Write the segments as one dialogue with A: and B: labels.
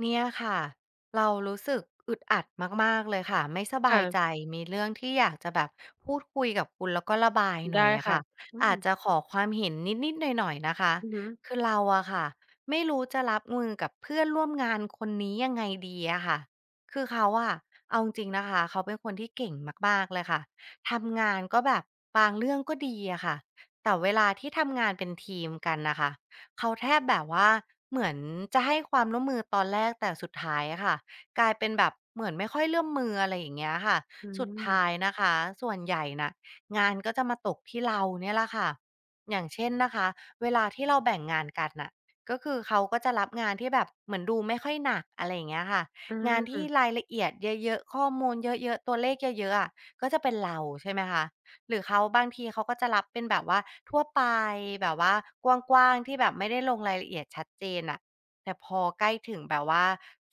A: เนี่ยค่ะเรารู้สึกอึดอัดมากๆเลยค่ะไม่สบายใจ
B: ค่ะ
A: มีเรื่องที่อยากจะแบบพูดคุยกับคุณแล้วก็ระบายหน่อ
B: ได้
A: ยอะ
B: ค่ะ
A: ค่ะ
B: อืม
A: อาจจะขอความเห็นนิดๆหน่อยๆนะคะ
B: อือฮึ
A: คือเราอะค่ะไม่รู้จะรับมือกับเพื่อนร่วมงานคนนี้ยังไงดีอะค่ะคือเขาอะเอาจริงๆนะคะเขาเป็นคนที่เก่งมากๆเลยค่ะทำงานก็แบบบางเรื่องก็ดีอะค่ะแต่เวลาที่ทำงานเป็นทีมกันน่ะค่ะ เขาแทบแบบว่าเหมือนจะให้ความร่วมมือตอนแรกแต่สุดท้ายอะค่ะกลายเป็นแบบเหมือนไม่ค่อยร่วมมืออะไรอย่างเงี้ยค่ะ
B: อื
A: สุด
B: ม
A: ท้ายนะคะส่วนใหญ่น่ะงานก็จะมาตกที่เราเนี่ยแหละค่ะอย่างเช่นนะคะเวลาที่เราแบ่งงานกันน่ะก็คือเขาก็จะรับงานที่แบบเหมือนดูไม่ค่อยหนักอะไรอย่างเงี้ยค่ะ
B: อื
A: งานที่
B: ม
A: รายละเอียดเยอะๆข้อมูลเยอะๆตัวเลขเยอะๆอะก็จะเป็นเราใช่ไหมคะ หรือเขาบางทีเขาก็จะรับเป็นแบบว่าทั่วไปแบบว่ากว้างๆที่แบบไม่ได้ลงรายละเอียดชัดเจนน่ะแต่พอใกล้ถึงแบบว่า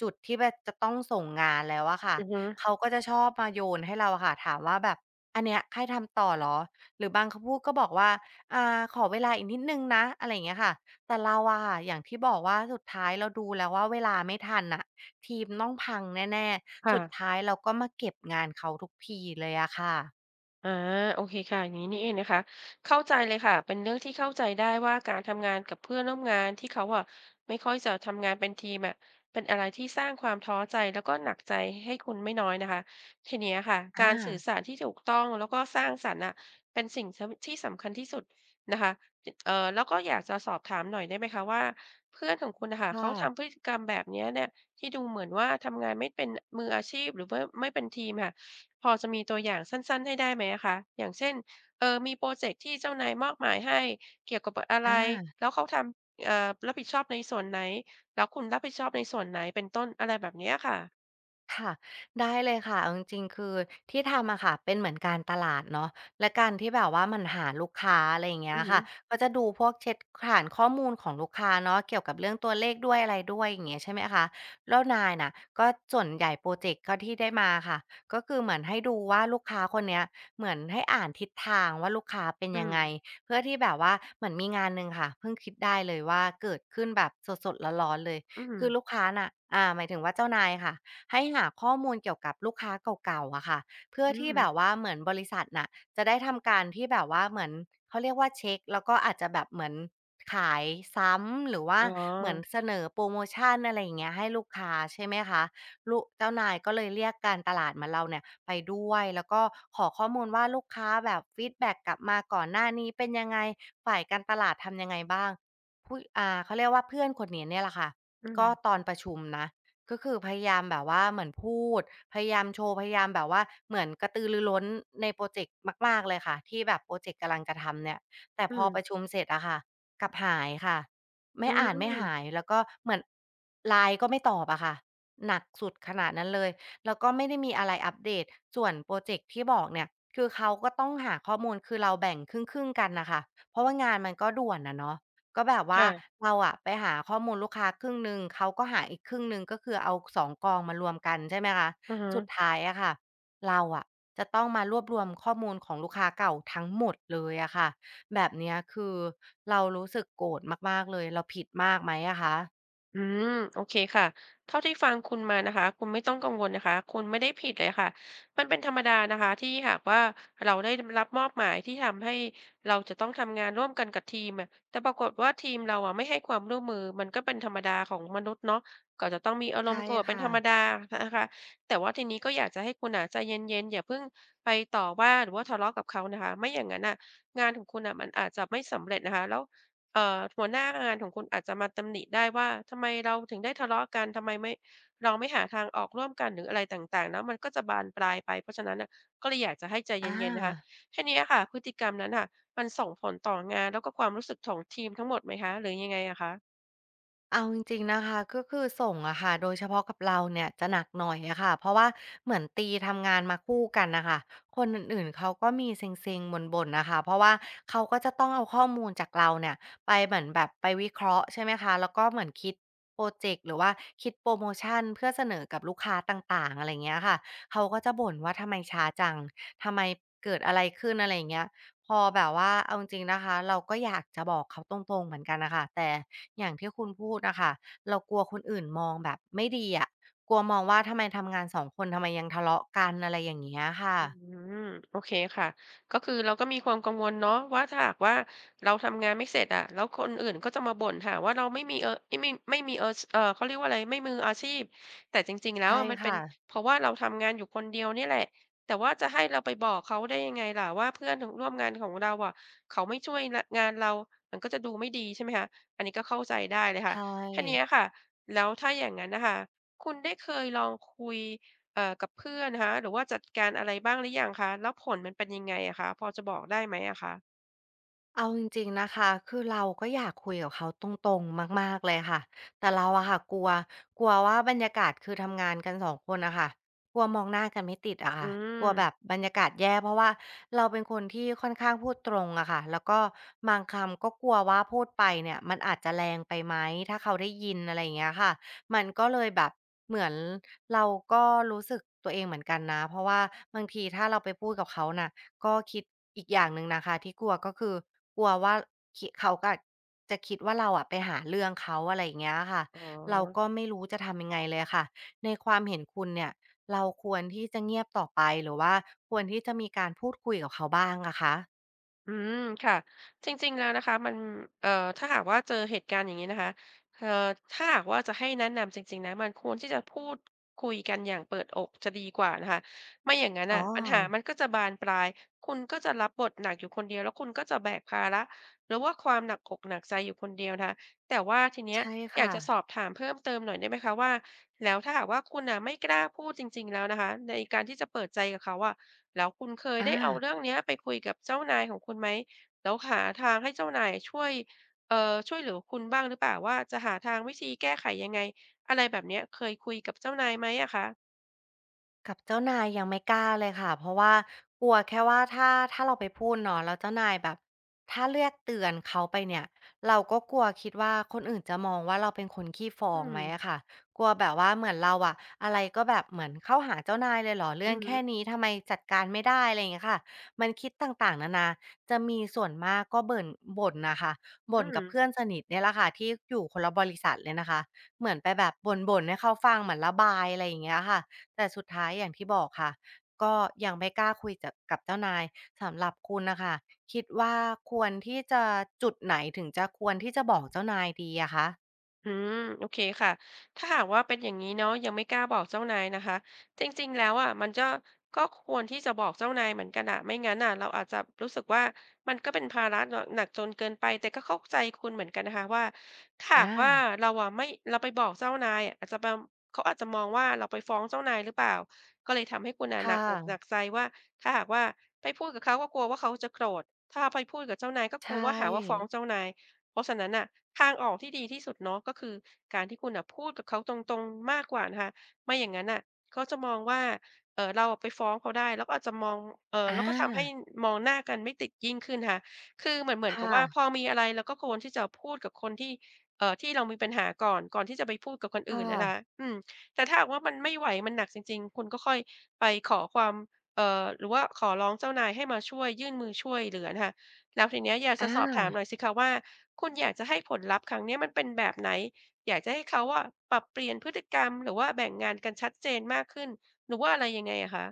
A: จุดที่แบบจะต้องส่งงานแล้วอะค่ะ
B: อือฮึ
A: เขาก็จะชอบมาโยนให้เราอะค่ะถามว่าแบบอันเนี้ยให้ทำต่อเหรอหรือบางคำพูดก็บอกว่าขอเวลาอีกนิดหนึ่งนะอะไรอย่างเงี้ยค่ะแต่เราอะค่ะอย่างที่บอกว่าสุดท้ายเราดูแล้วว่าเวลาไม่ทันน่ะทีมต้องพังแน่ๆ
B: ค่ะ
A: สุดท้ายเราก็มาเก็บงานเขาทุกทีเลยอะค่ะ
B: อาโอเคค่ะอย่างนี้นี่เองนะคะเข้าใจเลยค่ะเป็นเรื่องที่เข้าใจได้ว่าการทำงานกับเพื่อนร่วมงานที่เขาอะไม่ค่อยจะทำงานเป็นทีมอะเป็นอะไรที่สร้างความท้อใจแล้วก็หนักใจให้คุณไม่น้อยนะคะทีเนี้ยค่ะกา
A: อา
B: รสื่อสารที่ถูกต้องแล้วก็สร้างสรรค์อ่ะเป็นสิ่งที่สำคัญที่สุดนะคะแล้วก็อยากจะสอบถามหน่อยได้ไหมคะว่าเพื่อนของคุณนะค่ะ
A: ค
B: เขาทำพฤ
A: ่ะ
B: ติกรรมแบบเนี้ยเนี่ยที่ดูเหมือนว่าทำงานไม่เป็นมืออาชีพหรือว่าไม่เป็นทีมค่ะ พอจะมีตัวอย่างสั้นๆให้ได้ไหมอะคะอย่างเช่นเออมีพรอเจกต์ที่เจ้านายมอบหมายให้เกี่ยวกับออะไร
A: อาา
B: แล้วเขาทำรับผิดชอบในส่วนไหนแล้วคุณรับผิดชอบในส่วนไหนเป็นต้นอะไรแบบเนี้ยค่ะ
A: ค่ะได้เลยค่ะเอาจริงๆคือที่ทำอะค่ะเป็นเหมือนการตลาดเนาะและการที่แบบว่ามันหาลูกค้าอะไรอย่างเงี้
B: อื
A: ย
B: อฮึ
A: ค่ะก็จะดูพวกเช็คฐานข้อมูลของลูกค้าเนาะเกี่ยวกับเรื่องตัวเลขด้วยอะไรด้วยอย่างเงี้ยใช่ไหมคะแล้วนายน่ะก็ส่วนใหญ่โปรเจกต์ก็ที่ได้มาค่ะก็คือเหมือนให้ดูว่าลูกค้าคนเนี้ยเหมือนให้อ่านทิศทางว่าลูกค้าเป็น
B: อื
A: ยัง
B: ม
A: ไงเพื่อที่แบบว่าเหมือนมีงานหนึ่งค่ะเพิ่งคิดได้เลยว่าเกิดขึ้นแบบสดๆร้อนๆเลย
B: อืม
A: คือลูกค้าน่ะหมายถึงว่าเจ้านายค่ะ ให้หาข้อมูลเกี่ยวกับลูกค้าเก่าๆอะค่ะเพื่อ
B: อื
A: ที่
B: ม
A: แบบว่าเหมือนบริษัทน่ะจะได้ทำการที่แบบว่าเหมือนเขาเรียกว่าเช็คแล้วก็อาจจะแบบเหมือนขายซ้ำหรือว่า
B: อ๋อ
A: เหมือนเสนอโปรโมชันอะไรอย่างเงี้ยให้ลูกค้าใช่ไหมคะลูกเจ้านายก็เลยเรียกการตลาดมาเราเนี่ยไปด้วยแล้วก็ขอข้อมูลว่าลูกค้าแบบฟีดแบ็กกลับมาก่อนหน้านี้เป็นยังไงฝ่ายการตลาดทำยังไงบ้างผู้เขาเรียกว่าเพื่อนคนนี้เนี่ยแหละค่ะ
B: อืม
A: ก็ตอนประชุมนะ ก็คือพยายามแบบว่าเหมือนพูดพยายามโชว์พยายามแบบว่าเหมือนกระตือรือร้นในพรอเจกต์มากๆเลยค่ะที่แบบพรอเจกต์กำลังจะทำเนี่ยแต่
B: อื
A: พอ
B: ม
A: ประชุมเสร็จอะค่ะกลับหายค่ะ
B: อื
A: ไม่อ่านไม่หาย
B: ม
A: แล้วก็เหมือน LINE ก็ไม่ตอบอะค่ะหนักสุดขนาดนั้นเลยแล้วก็ไม่ได้มีอะไรอัปเดตส่วนพรอเจกต์ที่บอกเนี่ยคือเขาก็ต้องหาข้อมูลคือเราแบ่งครึ่งๆกันน่ะค่ะเพราะว่างานมันก็ด่วนอะเนาะ ก็แบบว่า
B: ค่ะ
A: เราอะไปหาข้อมูลลูกค้าครึ่งหนึ่งเขาก็หาอีกครึ่งหนึ่งก็คือเอาสองกองมารวมกันใช่ไหมคะ
B: อะฮะ
A: สุดท้ายอะค่ะเราอะจะต้องมารวบรวมข้อมูลของลูกค้าเก่าทั้งหมดเลยอะค่ะแบบเนี้ยคือเรารู้สึกโกรธมากๆเลยเราผิดมากไหมอะคะ
B: อืมโอเคค่ะเท่าที่ฟังคุณมานะคะคุณไม่ต้องกังวลนะคะคุณไม่ได้ผิดเลยค่ะมันเป็นธรรมดานะคะที่หากว่าเราได้รับมอบหมายที่ทำให้เราจะต้องทำงานร่วมกันกับทีมอะแต่ปรากฏว่าทีมเราอ่ะไม่ให้ความร่วมมือมันก็เป็นธรรมดาของมนุษย์เนาะก็จะต้องมีอารม
A: ใช่
B: ณ์โกรธเป็นธ
A: ค่ะ
B: รรมดานะคะแต่ว่าทีนี้ก็อยากจะให้คุณอ่ะใจเย็นๆอย่าเพิ่งไปต่อว่าหรือว่าทะเลาะกับเขานะคะไม่อย่างนั้นอ่ะงานของคุณอ่ะมันอาจจะไม่สำเร็จนะคะแล้ว หัวหน้างานของคุณอาจจะมาตำหนิได้ว่าทำไมเราถึงได้ทะเลาะกันทำไมไม่เราไม่หาทางออกร่วมกันหรืออะไรต่างๆแน้ะมันก็จะบานปลายไปเพราะฉะนั้นนะก็เลยอยากจะให้ใจ
A: อ
B: เย็นๆนะคะ
A: า
B: แค่นี้ค่ะพฤติกรรมนั้นน่ะมันส่งผลต่องานแล้วก็ความรู้สึกของทีมทั้งหมดไหมคะหรือยังไงอะคะ
A: เอาจริงๆนะคะก็คือส่งอะค่ะโดยเฉพาะกับเราเนี่ยจะหนักหน่อยอะค่ะเพราะว่าเหมือนตีทำงานมาคู่กันนะคะคนอื่นๆเขาก็มีเซ็งๆบ่นๆนะคะเพราะว่าเขาก็จะต้องเอาข้อมูลจากเราเนี่ยไปเหมือนแบบไปวิเคราะห์ใช่ไหมคะแล้วก็เหมือนคิดโปรเจกต์หรือว่าคิดโปรโมชั่นเพื่อเสนอกับลูกค้าต่างๆอะไรางเงี้ยค่ะเขาก็จะบ่นว่าทำไมช้าจังทำไมเกิดอะไรขึ้นอะไรเงี้ยพอแบบว่าเอาจริงๆนะคะเราก็อยากจะบอกเขาตรงๆเหมือนกันนะคะแต่ อย่างที่คุณพูดอะค่ะเรากลัวคนอื่นมองแบบไม่ดีอะกลัวมองว่าทำไมทำงานสองคนทำไมยังทะเลาะกันอะไรอย่างเงี้ยค่ะ
B: อืมโอเคค่ะก็คือเราก็มีความกังวลเนาะว่าถ้าหากว่าเราทำงานไม่เสร็จอะแล้วคนอื่นก็จะมาบ่นหาว่าเราไม่มีไม่มีเขาเรียกว่าอะไรไม่มืออาชีพแต่จริงๆแล้ว
A: ใช่
B: อะมันเป็น
A: ค่ะ
B: เพราะว่าเราทำงานอยู่คนเดียวนี่แหละแต่ว่าจะให้เราไปบอกเขาได้ยังไงล่ะว่าเพื่อนร่วมงานของเราอะเขาไม่ช่วยงานเรามันก็จะดูไม่ดีใช่ไหมคะอันนี้ก็เข้าใจได้เลยค่ะ
A: ใช่
B: ทีเนี้ยค่ะแล้วถ้าอย่างนั้นนะคะคุณได้เคยลองคุย กับเพื่อนนะคะหรือว่าจัดการอะไรบ้างหรือยังคะแล้วผลมันเป็นยังไงอะคะพอจะบอกได้ไหมอะคะ
A: เอาจริงๆนะคะ คือเราก็อยากคุยกับเขาตรงๆ มากๆเลยค่ะแต่เราอะค่ะกลัวกลัวว่าบรรยากาศคือทำงานกันสองคนนะค่ะกลัวมองหน้ากันไม่ติดอะ
B: อื
A: ค่ะ ก
B: ม
A: ลัวแบบบรรยากาศแย่เพราะว่าเราเป็นคนที่ค่อนข้างพูดตรงอะค่ะแล้วก็บางคำก็กลัวว่าพูดไปเนี่ยมันอาจจะแรงไปไหมถ้าเขาได้ยินอะไรอย่างเงี้ยค่ะมันก็เลยแบบเหมือนเราก็รู้สึกตัวเองเหมือนกันนะเพราะว่าบางทีถ้าเราไปพูดกับเขาน่ะ ก็คิดอีกอย่างหนึ่งนะคะที่กลัวก็คือกลัวว่าคิเขาก็จะคิดว่าเราอะไปหาเรื่องเขาอะไรอย่างเงี้ยค่ะ
B: อ๋อ
A: เราก็ไม่รู้จะทำยังไงเลยค่ะในความเห็นคุณเนี่ยเราควรที่จะเงียบต่อไปหรือว่าควรที่จะมีการพูดคุยกับเขาบ้างอะคะ
B: อืมค่ะจริงๆแล้วนะคะมันเอ่อถ้าหากว่าเจอเหตุการณ์อย่างนี้นะคะเอ่อถ้าหากว่าจะให้แนะนำจริงๆนะมันควรที่จะพูดคุยกันอย่างเปิดอกจะดีกว่านะคะไม่อย่างงั้น
A: อ๋อ
B: น่ะปัญหามันก็จะบานปลายคุณก็จะรับบทหนักอยู่คนเดียวแล้วคุณก็จะแบกภาระหรือว่าความหนักอกหนักใจอยู่คนเดียวนะคะแต่ว่าทีเนี้ย
A: ใช่
B: อยาก
A: ค่ะ
B: จะสอบถามเพิ่มเติมหน่อยได้ไหมคะว่าแล้วถ้าหากว่าคุณน่ะไม่กล้าพูดจริงๆแล้วนะคะในการที่จะเปิดใจกับเขาอะ แล้วคุณเคย
A: อา
B: ได้เอาเรื่องเนี้ยไปคุยกับเจ้านายของคุณไหมแล้วหาทางให้เจ้านายช่วยช่วยเหลือคุณบ้างหรือเปล่าว่าจะหาทางวิธีแก้ไขยังไงอะไรแบบเนี้ยเคยคุยกับเจ้านายไหมอะคะ
A: กับเจ้านายยังไม่กล้าเลยค่ะเพราะว่ากลัวแค่ว่าถ้าเราไปพูดเนาะแล้วเจ้านายแบบถ้าเลียกเตือนเขาไปเนี่ยเราก็กลัวคิดว่าคนอื่นจะมองว่าเราเป็นคนขี้ฟ้อ
B: อื
A: ง
B: ม
A: ไหมอะค่ะกลัวแบบว่าเหมือนเราอะอะไรก็แบบเหมือนเข้าหาเจ้านายเลยเหรอเรื่
B: อื
A: อง
B: อฮึ
A: แค่นี้ทำไมจัดการไม่ได้อะไรอย่างเงี้ยค่ะมันคิดต่างๆนานาจะมีส่วนมากก็เบิ่นบ่นนะคะบ่น
B: อืม
A: กับเพื่อนสนิทเนี่ยแหละค่ะที่อยู่คนละบริษัทเลยนะคะเหมือนไปแบบบ่นๆให้เขาฟังเหมือนระบายอะไรอย่างเงี้ยค่ะ แต่สุดท้ายอย่างที่บอกค่ะก็ยังไม่กล้าคุยจะกับเจ้านายสำหรับคุณนะคะคิดว่าควรที่จะจุดไหนถึงจะควรที่จะบอกเจ้านายดีอะคะ
B: อืมโอเคค่ะถ้าหากว่าเป็นอย่างนี้เนาะยังไม่กล้าบอกเจ้านายนะคะจริงๆแล้วอะมันจะก็ควรที่จะบอกเจ้านายเหมือนกันอ่ะไม่งั้นอ่ะเราอาจจะรู้สึกว่ามันก็เป็นภาระหนักจนเกินไปแต่ก็เข้าใจคุณเหมือนกันนะคะว่าถ้าหา
A: อา
B: กว่าเราอะไม่เราไปบอกเจ้านายอะอาจจะมบเขาอาจจะมองว่าเราไปฟ้องเจ้านายหรือเปล่าก็เลยทำให้คุณอ่ะหนัก
A: ค่ะ
B: อกหนักใจว่าถ้าหากว่าไปพูดกับเขาก็กลัวว่าเขาจะโกรธถ้าไปพูดกับเจ้านายก็กลั
A: ใช่
B: วว่าหาว่าฟ้องเจ้านาย เพราะฉะนั้นน่ะทางออกที่ดีที่สุดเนาะก็คือการที่คุณน่ะพูดกับเขาตรงๆมากกว่านะคะไม่อย่างงั้นน่ะเขาจะมองว่าเราอะไปฟ้องเขาได้แล้วก็อาจจะมอง
A: อา
B: แล้วก็ทำให้มองหน้ากันไม่ติดยิ่งขึ้นค่ะคือเหมือนกับ
A: ค่ะ
B: ว่าพอมีอะไรเราก็ควรที่จะพูดกับคนที่ที่เรามีปัญหาก่อนที่จะไปพูดกับคน
A: ค่
B: อื่นนะคะ
A: ะ
B: อืมแต่ถ้าหากว่ามันไม่ไหวมันหนักจริงๆคุณก็ค่อยไปขอความหรือว่าขอร้องเจ้านายให้มาช่วยยื่นมือช่วยเหลือนะคะ แล้วทีเนี้ยอยาก
A: อ
B: จะสอบถามห
A: า
B: น่อยสิคะว่าคุณอยากจะให้ผลลัพธ์ครั้งเนี้ยมันเป็นแบบไหนอยากจะให้เขาอะปรับเปลี่ยนพฤติกรรมหรือว่าแบ่งงานกันชัดเจนมากขึ้นหรือว่าอะไรยังไงอะคะ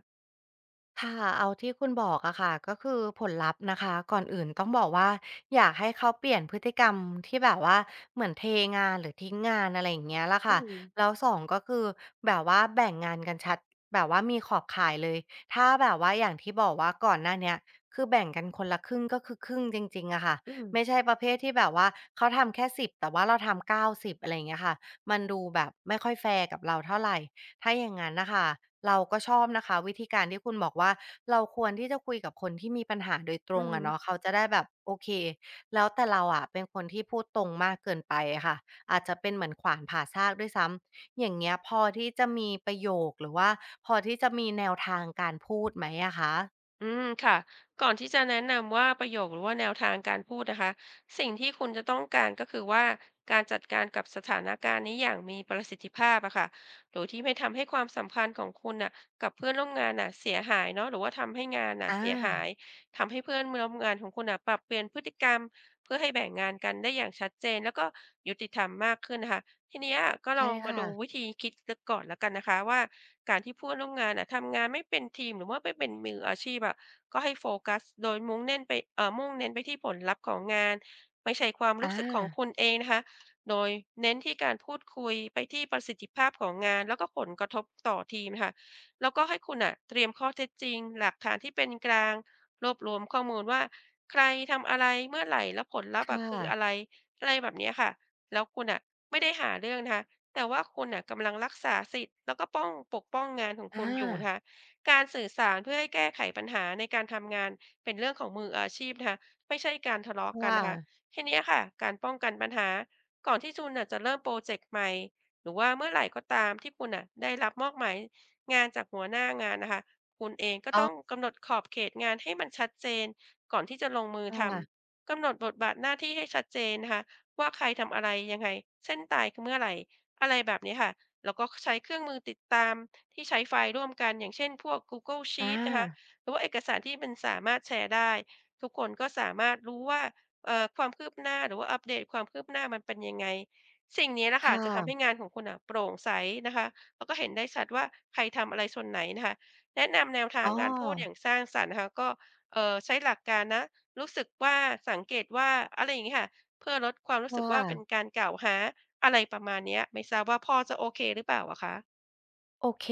A: ค่ะเอาที่คุณบอกอะค่ะก็คือผลลัพธ์นะคะก่อนอื่นต้องบอกว่าอยากให้เขาเปลี่ยนพฤติกรรมที่แบบว่าเหมือนเทงานหรือทิ้งงานอะไรอย่างเงี้ยล้ะ
B: อื
A: ค่ะ
B: ม
A: แล้วสองก็คือแบบว่าแบ่งงานกันชัดแบบว่ามีขอบข่ายเลยถ้าแบบว่าอย่างที่บอกว่าก่อนหน้าเนี้ยคือแบ่งกันคนละครึ่งก็คือครึ่งจริงๆอะค่ะ
B: อืม
A: ไม่ใช่ประเภทที่แบบว่าเขาทำแค่สิบแต่ว่าเราทำ90อะไรอย่างเงี้ยค่ะมันดูแบบไม่ค่อยแฟร์กับเราเท่าไหร ถ้าอย่างนั้นนะคะเราก็ชอบนะคะวิธีการที่คุณบอกว่าเราควรที่จะคุยกับคนที่มีปัญหาโดยตร
B: อื
A: ง
B: อฮึ
A: อะเนาะเขาจะได้แบบโอเคแล้วแต่เราอะเป็นคนที่พูดตรงมากเกินไปอะค่ะอาจจะเป็นเหมือนขวานผ่าซากด้วยซ้ำอย่างเงี้ยพอที่จะมีประโยคหรือว่าพอที่จะมีแนวทางการพูดไหมอะคะ
B: อืมค่ะก่อนที่จะแนะนำว่าประโยคหรือว่าแนวทางการพูดนะคะสิ่งที่คุณจะต้องการก็คือว่าการจัดการกับสถานการณ์นี้อย่างมีประสิทธิภาพอะค่ะโดยที่ไม่ทำให้ความสัมพันธ์ของคุณน่ะกับเพื่อนร่วมงานน่ะเสียหายเนาะหรือว่าทำให้งานน่ะ
A: อ
B: เสียหา
A: า
B: ยทำให้เพื่อนร่วมงานของคุณน่ะปรับเปลี่ยนพฤติกรรมเพื่อให้แบ่งงานกันได้อย่างชัดเจนแล้วก็ยุติธรรมมากขึ้นนะคะทีเนี้ยก็ล
A: ใช่
B: องมา
A: ค่ะ
B: ดูวิธีคิดก่อนแล้วกันนะคะว่า การที่เพื่อนร่วมงานน่ะทำงานไม่เป็นทีมหรือว่าไม่เป็นมืออาชีพอะก็ให้โฟกัสโดยมุ่งเน้นไปที่ผลลัพธ์ของงานไม่ใช่ความรู้
A: อา
B: สึกของคุณเองนะคะโดยเน้นที่การพูดคุยไปที่ประสิทธิภาพของงานแล้วก็ผลกระทบต่อทีมนะค่ะแล้วก็ให้คุณอ่ะเตรียมข้อเท็จจริงหลักฐานที่เป็นกลางรวบรวมข้อมูลว่าใครทำอะไรเมื่อไหรแล้วผลลัพธ์อะ
A: ค่ะ
B: คืออะไรอะไรแบบเนี้ยค่ะแล้วคุณอ่ะไม่ได้หาเรื่องนะคะ แต่ว่าคุณน่ะกำลังรักษาสิทธิ์แล้วก็ป้องปกป้องงานของคุณ
A: อา
B: อยู่นะคะการสื่อสารเพื่อให้แก้ไขปัญหาในการทำงานเป็นเรื่องของมืออาชีพนะคะไม่ใช่การทะเลาะกัน
A: ค่ะ
B: นะคะทีเนี้ยค่ะการป้องกันปัญหาก่อนที่คุณน่ะจะเริ่มโปรเจกต์ใหม่หรือว่าเมื่อไหร่ก็ตามที่คุณน่ะได้รับมอบหมายงานจากหัวหน้างานนะคะคุณเองก็
A: อ๋อ
B: ต้องกำหนดขอบเขตงานให้มันชัดเจนก่อนที่จะลงมือ
A: ค
B: ท
A: ่ะ
B: ำกำหนดบทบาทหน้าที่ให้ชัดเจนนะคะว่าใครทำอะไรยังไงเส้นตายคือเมื่อไหร่ อะไรแบบนี้ค่ะ แล้วก็ใช้เครื่องมือติดตามที่ใช้ไฟล์ร่วมกันอย่างเช่นพวก Google
A: อา
B: Sheets นะคะหรือว่าเอกสารที่มันสามารถแชร์ได้ทุกคนก็สามารถรู้ว่าความคืบหน้าหรือว่าอัปเดตความคืบหน้ามันเป็นยังไงสิ่งนี้แหละค่ะ
A: ค่ะ
B: จะทำให้งานของคุณน่ะโปร่งใสนะคะแล้วก็เห็นได้ชัดว่าใครทำอะไรส่วนไหนนะคะแนะนำแนวทา
A: อ๋
B: ง
A: อ
B: การพูดอย่างสร้างสรรค์นะคะก็ใช้หลักการนะรู้สึกว่าสังเกตว่าอะไรอย่างงี้ค่ะเพื่อลดความรู้
A: ค่
B: สึกว่าเป็น
A: ะ
B: การกล่าวหา อะไรประมาณเนี้ยไม่ทราบว่าพอจะโอเคหรือเปล่าอะคะ
A: โอเค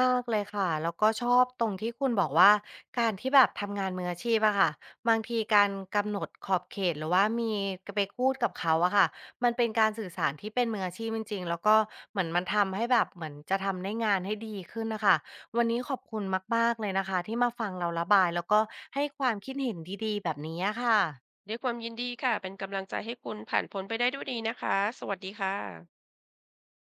A: มากๆเลยค่ะ แล้วก็ชอบตรงที่คุณบอกว่าการที่แบบทำงานมืออาชีพอะค่ะบางทีการกำหนดขอบเขตหรือว่ามีกไปพูดกับเขาอะค่ะมันเป็นการสื่อสารที่เป็นมืออาชีพจริงๆแล้วก็เหมือนมันทำให้แบบเหมือนจะทำได้งานให้ดีขึ้นน่ะค่ะวันนี้ขอบคุณมากๆเลยนะคะที่มาฟังเราระบายแล้วก็ให้ความคิดเห็นดีๆแบบนี้อะค่ะ
B: ด้วยความยินดีค่ะเป็นกำลังใจให้คุณผ่านพ้นไปได้ด้วยดีนะคะสวัสดีค่ะ